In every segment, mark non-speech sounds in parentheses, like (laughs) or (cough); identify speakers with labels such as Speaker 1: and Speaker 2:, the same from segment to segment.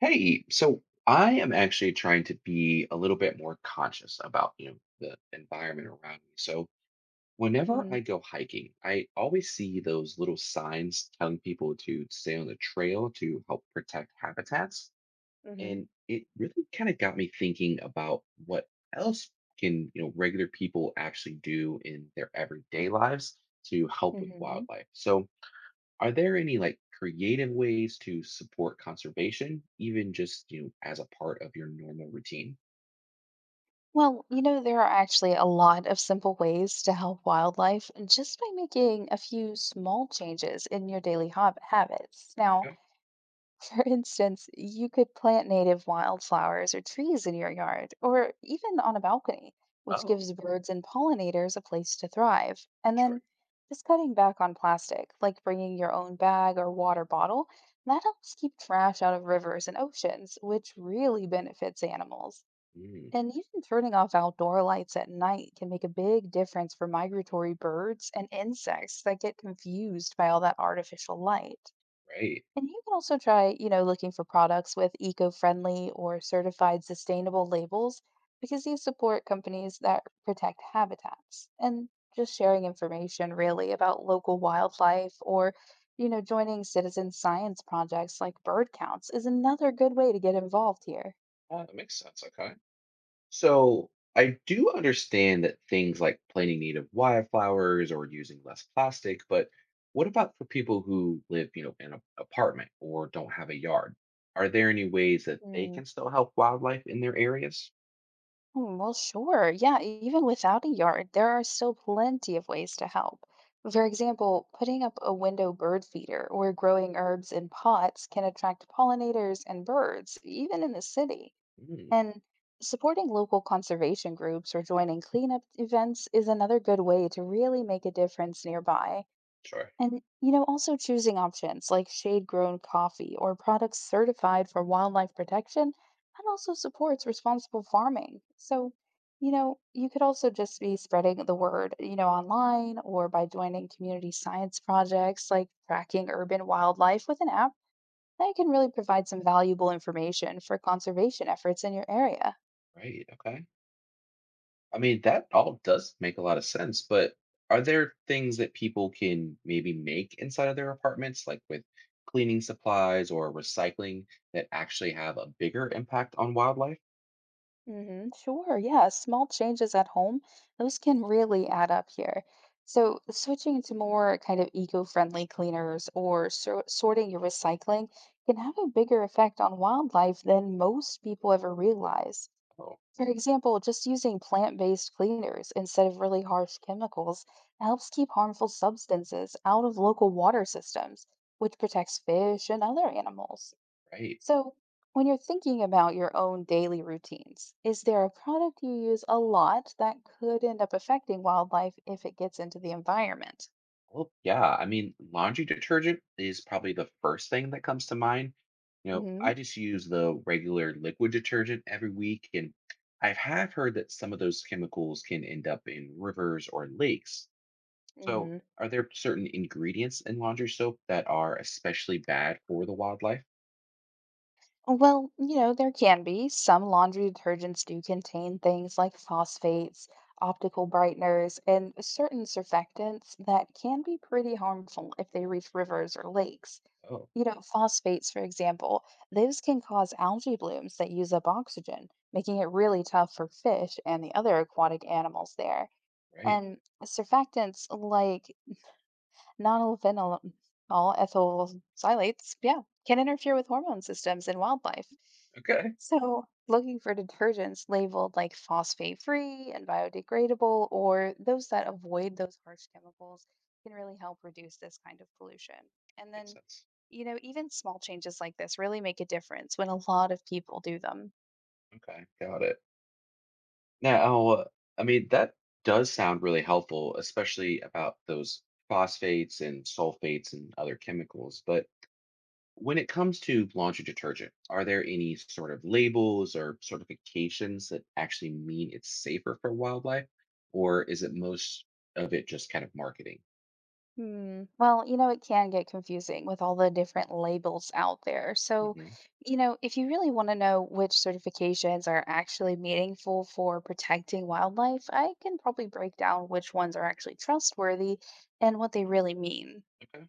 Speaker 1: Hey, so I am actually trying to be a little bit more conscious about, you know, the environment around me. So whenever I
Speaker 2: Mhm,
Speaker 1: go hiking, I always see those little signs telling people to stay on the trail to help protect habitats.
Speaker 2: mhm,
Speaker 1: And it really kind of got me thinking about what else can, you know, regular people actually do in their everyday lives to help with
Speaker 2: mhm.
Speaker 1: wildlife. So are there any like creative ways to support conservation, even just you know, as a part of your normal routine?
Speaker 2: Well, you know, there are actually a lot of simple ways to help wildlife just by making a few small changes in your daily hob habits. Now,
Speaker 1: Okay.
Speaker 2: (laughs) for instance, you could plant native wildflowers or trees in your yard or even on a balcony, which
Speaker 1: Oh,
Speaker 2: gives birds and pollinators a place to thrive. And
Speaker 1: sure.
Speaker 2: then just cutting back on plastic, like bringing your own bag or water bottle, that helps keep trash out of rivers and oceans, which really benefits animals.
Speaker 1: Mm,
Speaker 2: And even turning off outdoor lights at night can make a big difference for migratory birds and insects that get confused by all that artificial light.
Speaker 1: right.
Speaker 2: And you can also try, you know, looking for products with eco-friendly or certified sustainable labels because these support companies that protect habitats. And just sharing information really about local wildlife or, you know, joining citizen science projects like bird counts is another good way to get involved here.
Speaker 1: That makes sense. Okay. So I do understand that things like planting native wildflowers or using less plastic, but what about for people who live, you know, in an apartment or don't have a yard? Are there any ways that they can still help wildlife in their areas?
Speaker 2: Well, sure. Yeah, even without a yard, there are still plenty of ways to help. For example, putting up a window bird feeder or growing herbs in pots can attract pollinators and birds, even in the city.
Speaker 1: Mm,
Speaker 2: And supporting local conservation groups or joining cleanup events is another good way to really make a difference nearby.
Speaker 1: sure.
Speaker 2: And, you know, also choosing options like shade grown coffee or products certified for wildlife protection, that also supports responsible farming. So, you know, you could also just be spreading the word, you know, online or by joining community science projects like tracking urban wildlife with an app that can really provide some valuable information for conservation efforts in your area.
Speaker 1: Right. Okay. I mean, that all does make a lot of sense, but are there things that people can maybe make inside of their apartments, like with cleaning supplies or recycling, that actually have a bigger impact on wildlife?
Speaker 2: Mm-hmm. Sure, yeah, small changes at home, those can really add up here. So, switching to more kind of eco-friendly cleaners or sorting your recycling can have a bigger effect on wildlife than most people ever realize.
Speaker 1: Oh,
Speaker 2: For example, just using plant-based cleaners instead of really harsh chemicals helps keep harmful substances out of local water systems, which protects fish and other animals.
Speaker 1: right.
Speaker 2: So, when you're thinking about your own daily routines, is there a product you use a lot that could end up affecting wildlife if it gets into the environment?
Speaker 1: Well, yeah. I mean, laundry detergent is probably the first thing that comes to mind. You know, I
Speaker 2: hmm
Speaker 1: just use the regular liquid detergent every week, and I have heard that some of those chemicals can end up in rivers or lakes. So,
Speaker 2: hmm
Speaker 1: are there certain ingredients in laundry soap that are especially bad for the wildlife?
Speaker 2: Well, you know, there can be. Some laundry detergents do contain things like phosphates, optical brighteners, and certain surfactants that can be pretty harmful if they reach rivers or lakes.
Speaker 1: Oh,
Speaker 2: You know, phosphates, for example, those can cause algae blooms that use up oxygen, making it really tough for fish and the other aquatic animals there.
Speaker 1: right.
Speaker 2: And surfactants like nonylphenol all ethyl xylates, yeah, can interfere with hormone systems in wildlife.
Speaker 1: Okay.
Speaker 2: So, looking for detergents labeled like phosphate free and biodegradable, or those that avoid those harsh chemicals, can really help reduce this kind of pollution. And
Speaker 1: Makes
Speaker 2: then,
Speaker 1: sense.
Speaker 2: you know, even small changes like this really make a difference when a lot of people do them.
Speaker 1: Okay. Got it. Now, I mean, that does sound really helpful, especially about those phosphates and sulfates and other chemicals. But when it comes to laundry detergent, are there any sort of labels or certifications that actually mean it's safer for wildlife? Or is it most of it just kind of marketing?
Speaker 2: Hmm. Well, you know, it can get confusing with all the different labels out there. So,
Speaker 1: Hmm.
Speaker 2: you know, if you really want to know which certifications are actually meaningful for protecting wildlife, I can probably break down which ones are actually trustworthy and what they really mean.
Speaker 1: Okay.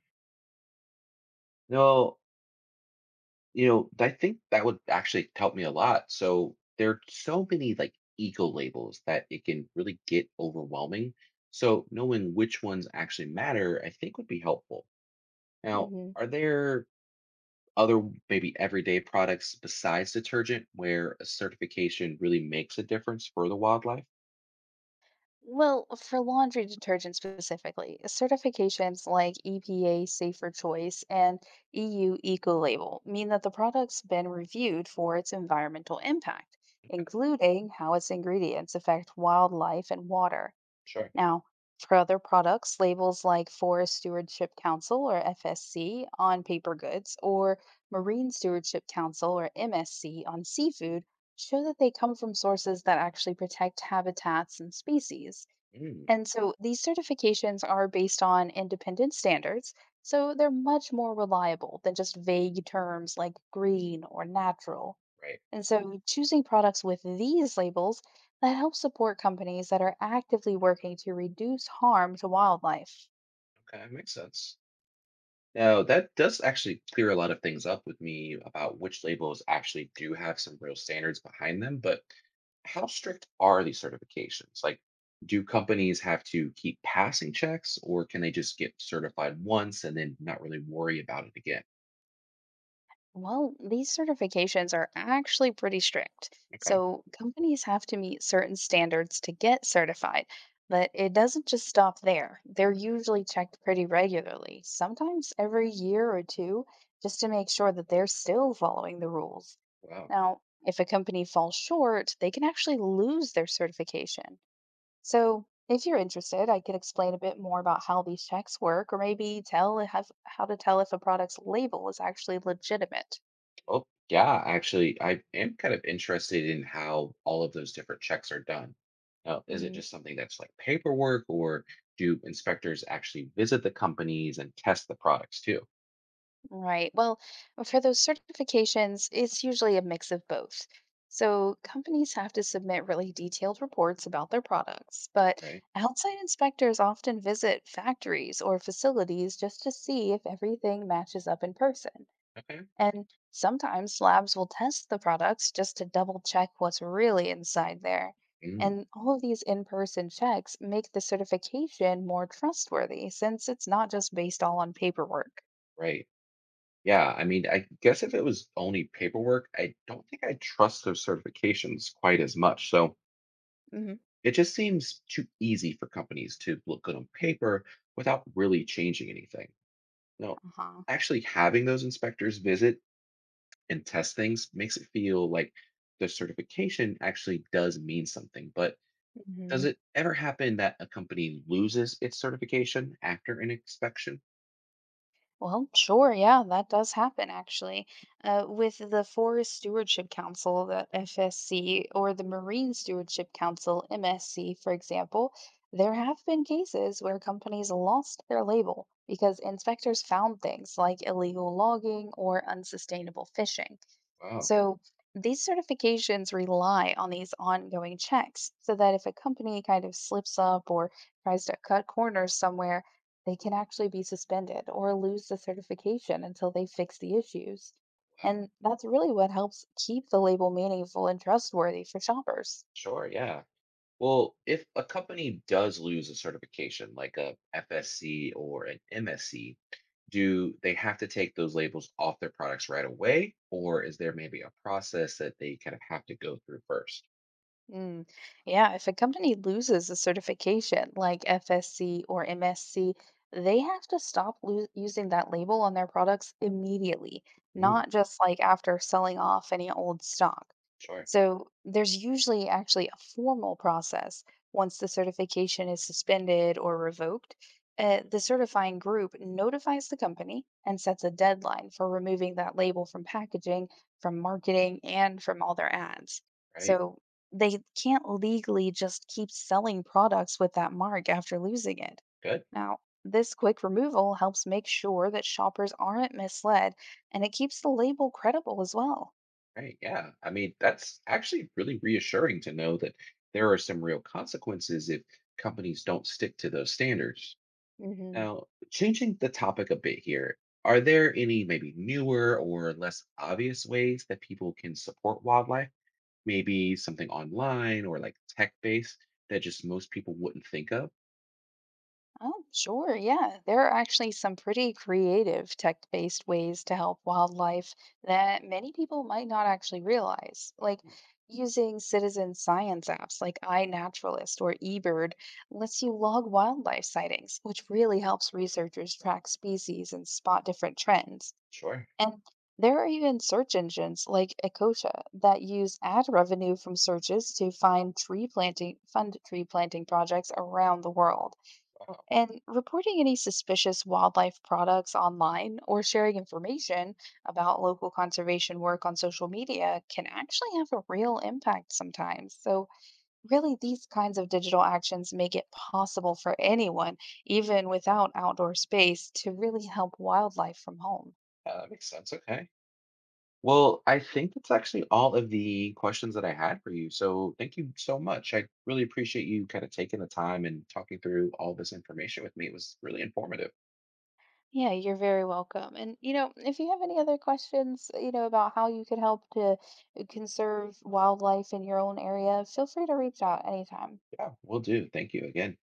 Speaker 1: No, you know, I think that would actually help me a lot. So there are so many like eco labels that it can really get overwhelming. So knowing which ones actually matter, I think would be helpful. Now,
Speaker 2: Mm-hmm.
Speaker 1: are there other maybe everyday products besides detergent where a certification really makes a difference for the wildlife?
Speaker 2: Well, for laundry detergent specifically, certifications like EPA Safer Choice and EU Ecolabel mean that the product's been reviewed for its environmental impact, including how its ingredients affect wildlife and water.
Speaker 1: Sure.
Speaker 2: Now, for other products, labels like Forest Stewardship Council or FSC on paper goods or Marine Stewardship Council or MSC on seafood show that they come from sources that actually protect habitats and species.
Speaker 1: Mm,
Speaker 2: And so these certifications are based on independent standards, so they're much more reliable than just vague terms like green or natural.
Speaker 1: right.
Speaker 2: And so choosing products with these labels that help support companies that are actively working to reduce harm to wildlife.
Speaker 1: Okay, makes sense. Now, that does actually clear a lot of things up with me about which labels actually do have some real standards behind them, but how strict are these certifications? Like, do companies have to keep passing checks or can they just get certified once and then not really worry about it again?
Speaker 2: Well, these certifications are actually pretty strict.
Speaker 1: Okay.
Speaker 2: So companies have to meet certain standards to get certified, but it doesn't just stop there. They're usually checked pretty regularly, sometimes every year or two, just to make sure that they're still following the rules.
Speaker 1: Wow.
Speaker 2: Now, if a company falls short, they can actually lose their certification. So, if you're interested, I could explain a bit more about how these checks work, or maybe tell how to tell if a product's label is actually legitimate.
Speaker 1: Oh, yeah. Actually, I am kind of interested in how all of those different checks are done. Now, is it
Speaker 2: hmm
Speaker 1: just something that's like paperwork or do inspectors actually visit the companies and test the products too?
Speaker 2: Right. Well, for those certifications, it's usually a mix of both. So companies have to submit really detailed reports about their products, but
Speaker 1: Right.
Speaker 2: outside inspectors often visit factories or facilities just to see if everything matches up in person.
Speaker 1: Okay.
Speaker 2: And sometimes labs will test the products just to double check what's really inside there.
Speaker 1: Mm,
Speaker 2: And all of these in person checks make the certification more trustworthy since it's not just based all on paperwork.
Speaker 1: right. Yeah. I mean, I guess if it was only paperwork, I don't think I trust those certifications quite as much. So
Speaker 2: Mm-hmm.
Speaker 1: it just seems too easy for companies to look good on paper without really changing anything. No,
Speaker 2: Uh-huh.
Speaker 1: actually having those inspectors visit and test things makes it feel like the certification actually does mean something. But does
Speaker 2: hmm
Speaker 1: it ever happen that a company loses its certification after an inspection?
Speaker 2: Well, sure, yeah, that does happen actually. With the Forest Stewardship Council, the FSC, or the Marine Stewardship Council, MSC, for example, there have been cases where companies lost their label because inspectors found things like illegal logging or unsustainable fishing.
Speaker 1: Oh,
Speaker 2: So these certifications rely on these ongoing checks so that if a company kind of slips up or tries to cut corners somewhere, they can actually be suspended or lose the certification until they fix the issues.
Speaker 1: wow.
Speaker 2: And that's really what helps keep the label meaningful and trustworthy for shoppers.
Speaker 1: Sure. Yeah. Well, if a company does lose a certification like a FSC or an MSC, do they have to take those labels off their products right away? Or is there maybe a process that they kind of have to go through first?
Speaker 2: Mm. Yeah, if a company loses a certification like FSC or MSC, they have to stop using that label on their products immediately,
Speaker 1: Mm,
Speaker 2: not just like after selling off any old stock.
Speaker 1: sure.
Speaker 2: So there's usually actually a formal process once the certification is suspended or revoked. The certifying group notifies the company and sets a deadline for removing that label from packaging, from marketing, and from all their ads.
Speaker 1: Right.
Speaker 2: So they can't legally just keep selling products with that mark after losing it.
Speaker 1: Good.
Speaker 2: Now, this quick removal helps make sure that shoppers aren't misled and it keeps the label credible as well.
Speaker 1: Right. Yeah. I mean, that's actually really reassuring to know that there are some real consequences if companies don't stick to those standards.
Speaker 2: hmm
Speaker 1: Now, changing the topic a bit here, are there any maybe newer or less obvious ways that people can support wildlife? Maybe something online or like tech based that just most people wouldn't think of?
Speaker 2: Oh, sure. Yeah. There are actually some pretty creative tech-based ways to help wildlife that many people might not actually realize. Like using citizen science apps like iNaturalist or eBird lets you log wildlife sightings, which really helps researchers track species and spot different trends.
Speaker 1: Sure.
Speaker 2: And there are even search engines like Ecosia that use ad revenue from searches to find tree planting, fund tree planting projects around the world.
Speaker 1: Wow.
Speaker 2: And reporting any suspicious wildlife products online or sharing information about local conservation work on social media can actually have a real impact sometimes. So, really, these kinds of digital actions make it possible for anyone, even without outdoor space, to really help wildlife from home.
Speaker 1: That makes sense. Okay. Well, I think that's actually all of the questions that I had for you. So thank you so much. I really appreciate you kind of taking the time and talking through all this information with me. It was really informative.
Speaker 2: Yeah, you're very welcome. And, you know, if you have any other questions, you know, about how you could help to conserve wildlife in your own area, feel free to reach out anytime.
Speaker 1: Yeah, we will do. Thank you again.